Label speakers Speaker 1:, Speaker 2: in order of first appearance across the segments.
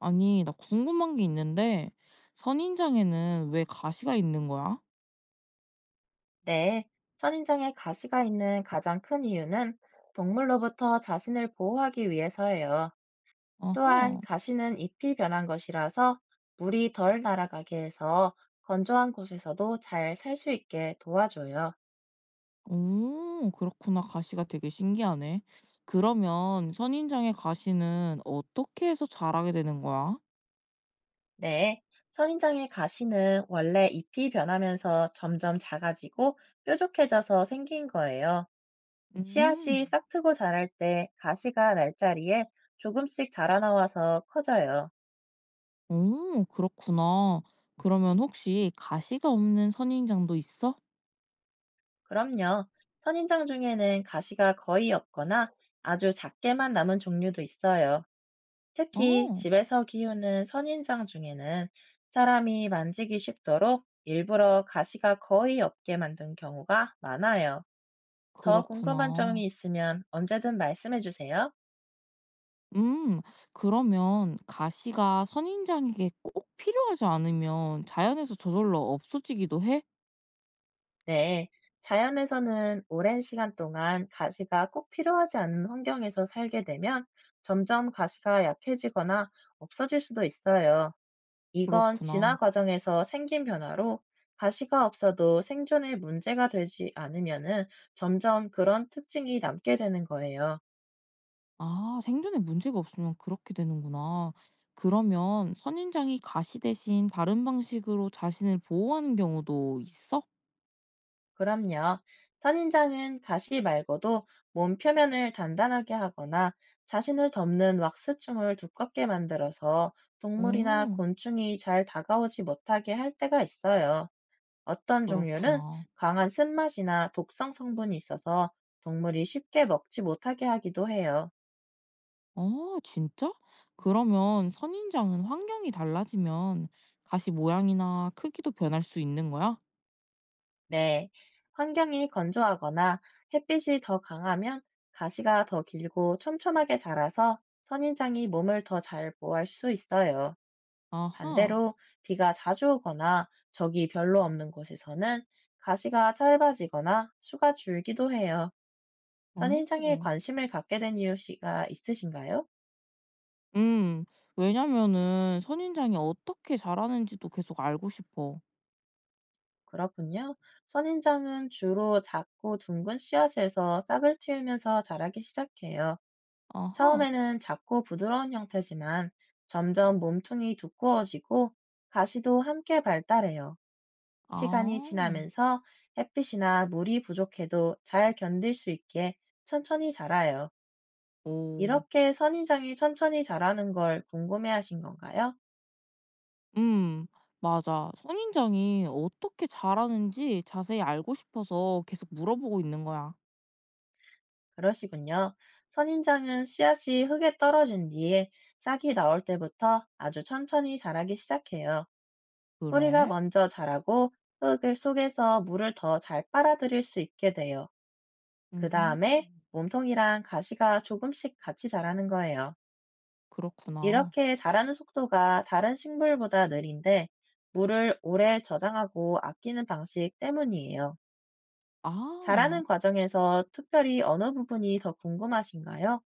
Speaker 1: 아니, 나 궁금한 게 있는데, 선인장에는 왜 가시가 있는 거야?
Speaker 2: 네, 선인장에 가시가 있는 가장 큰 이유는 동물로부터 자신을 보호하기 위해서예요. 또한
Speaker 1: 아하.
Speaker 2: 가시는 잎이 변한 것이라서 물이 덜 날아가게 해서 건조한 곳에서도 잘 살 수 있게 도와줘요.
Speaker 1: 오, 그렇구나. 가시가 되게 신기하네. 그러면 선인장의 가시는 어떻게 해서 자라게 되는 거야?
Speaker 2: 네, 선인장의 가시는 원래 잎이 변하면서 점점 작아지고 뾰족해져서 생긴 거예요. 씨앗이
Speaker 1: 음.
Speaker 2: 싹트고 자랄 때 가시가 날자리에 조금씩 자라나와서 커져요.
Speaker 1: 오, 그렇구나. 그러면 혹시 가시가 없는 선인장도 있어?
Speaker 2: 그럼요. 선인장 중에는 가시가 거의 없거나 아주 작게만 남은 종류도 있어요. 특히
Speaker 1: 어.
Speaker 2: 집에서 키우는 선인장 중에는 사람이 만지기 쉽도록 일부러 가시가 거의 없게 만든 경우가 많아요. 더 궁금한
Speaker 1: 그렇구나.
Speaker 2: 점이 있으면 언제든 말씀해 주세요.
Speaker 1: 음. 그러면 가시가 선인장에게 꼭 필요하지 않으면 자연에서 저절로 없어지기도 해?
Speaker 2: 네. 자연에서는 오랜 시간 동안 가시가 꼭 필요하지 않은 환경에서 살게 되면 점점 가시가 약해지거나 없어질 수도 있어요. 이건 진화
Speaker 1: 그렇구나.
Speaker 2: 과정에서 생긴 변화로 가시가 없어도 생존에 문제가 되지 않으면은 점점 그런 특징이 남게 되는 거예요.
Speaker 1: 아, 생존에 문제가 없으면 그렇게 되는구나. 그러면 선인장이 가시 대신 다른 방식으로 자신을 보호하는 경우도 있어?
Speaker 2: 그럼요. 선인장은 가시 말고도 몸 표면을 단단하게 하거나 자신을 덮는 왁스충을 두껍게 만들어서
Speaker 1: 어,
Speaker 2: 동물이나 곤충이 잘 다가오지 못하게 할 때가 있어요. 어떤 종류는
Speaker 1: 그렇구나.
Speaker 2: 강한 쓴맛이나 독성 성분이 있어서 동물이 쉽게 먹지 못하게 하기도 해요.
Speaker 1: 어, 진짜? 그러면 선인장은 환경이 달라지면 가시 모양이나 크기도 변할 수 있는 거야?
Speaker 2: 네. 환경이 건조하거나 햇빛이 더 강하면 가시가 더 길고 촘촘하게 자라서 선인장이 몸을 더 잘 보호할 수 있어요.
Speaker 1: 아하.
Speaker 2: 반대로 비가 자주 오거나 적이 별로 없는 곳에서는 가시가 짧아지거나 수가 줄기도 해요. 선인장에
Speaker 1: 어.
Speaker 2: 관심을 갖게 된 이유가 있으신가요?
Speaker 1: 음. 왜냐면은 선인장이 어떻게 자라는지도 계속 알고 싶어.
Speaker 2: 그렇군요. 선인장은 주로 작고 둥근 씨앗에서 싹을 틔우면서 자라기 시작해요.
Speaker 1: 아하.
Speaker 2: 처음에는 작고 부드러운 형태지만 점점 몸통이 두꺼워지고 가시도 함께 발달해요.
Speaker 1: 아.
Speaker 2: 시간이 지나면서 햇빛이나 물이 부족해도 잘 견딜 수 있게 천천히 자라요.
Speaker 1: 오.
Speaker 2: 이렇게 선인장이 천천히 자라는 걸 궁금해 하신 건가요?
Speaker 1: 음. 맞아. 선인장이 어떻게 자라는지 자세히 알고 싶어서 계속 물어보고 있는 거야.
Speaker 2: 그러시군요. 선인장은 씨앗이 흙에 떨어진 뒤에 싹이 나올 때부터 아주 천천히 자라기 시작해요. 뿌리가
Speaker 1: 그래?
Speaker 2: 먼저 자라고 흙을 속에서 물을 더 잘 빨아들일 수 있게 돼요. 그 다음에
Speaker 1: 음.
Speaker 2: 몸통이랑 가시가 조금씩 같이 자라는 거예요.
Speaker 1: 그렇구나.
Speaker 2: 이렇게 자라는 속도가 다른 식물보다 느린데 물을 오래 저장하고 아끼는 방식 때문이에요.
Speaker 1: 아.
Speaker 2: 자라는 과정에서 특별히 어느 부분이 더 궁금하신가요?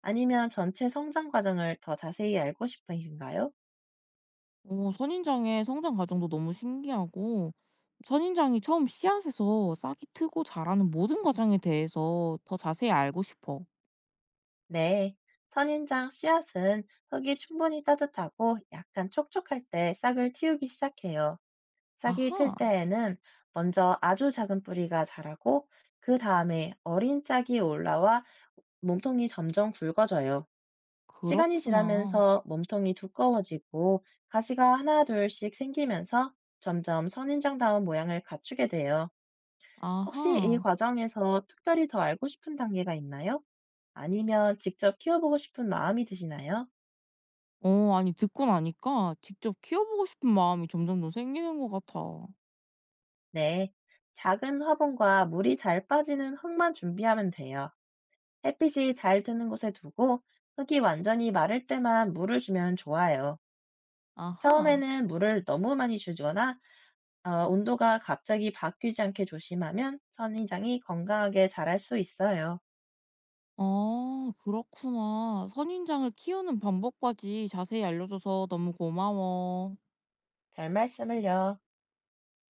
Speaker 2: 아니면 전체 성장 과정을 더 자세히 알고 싶으신가요?
Speaker 1: 어, 선인장의 성장 과정도 너무 신기하고 선인장이 처음 씨앗에서 싹이 트고 자라는 모든 과정에 대해서 더 자세히 알고 싶어.
Speaker 2: 네, 선인장 씨앗은 흙이 충분히 따뜻하고 약간 촉촉할 때 싹을 틔우기 시작해요. 싹이
Speaker 1: 아하.
Speaker 2: 틀 때에는 먼저 아주 작은 뿌리가 자라고 그 다음에 어린 짝이 올라와 몸통이 점점 굵어져요. 시간이
Speaker 1: 그렇구나.
Speaker 2: 지나면서 몸통이 두꺼워지고 가시가 하나 둘씩 생기면서 점점 선인장다운 모양을 갖추게 돼요. 혹시 이
Speaker 1: 아하.
Speaker 2: 과정에서 특별히 더 알고 싶은 단계가 있나요? 아니면 직접 키워보고 싶은 마음이 드시나요?
Speaker 1: 어, 아니 듣고 나니까 직접 키워보고 싶은 마음이 점점 더 생기는 것 같아.
Speaker 2: 네. 작은 화분과 물이 잘 빠지는 흙만 준비하면 돼요. 햇빛이 잘 드는 곳에 두고 흙이 완전히 마를 때만 물을 주면 좋아요.
Speaker 1: 아하.
Speaker 2: 처음에는 물을 너무 많이 주거나 온도가 갑자기 바뀌지 않게 조심하면 선인장이 건강하게 자랄 수 있어요.
Speaker 1: 아, 그렇구나. 선인장을 키우는 방법까지 자세히 알려줘서 너무 고마워.
Speaker 2: 별 말씀을요.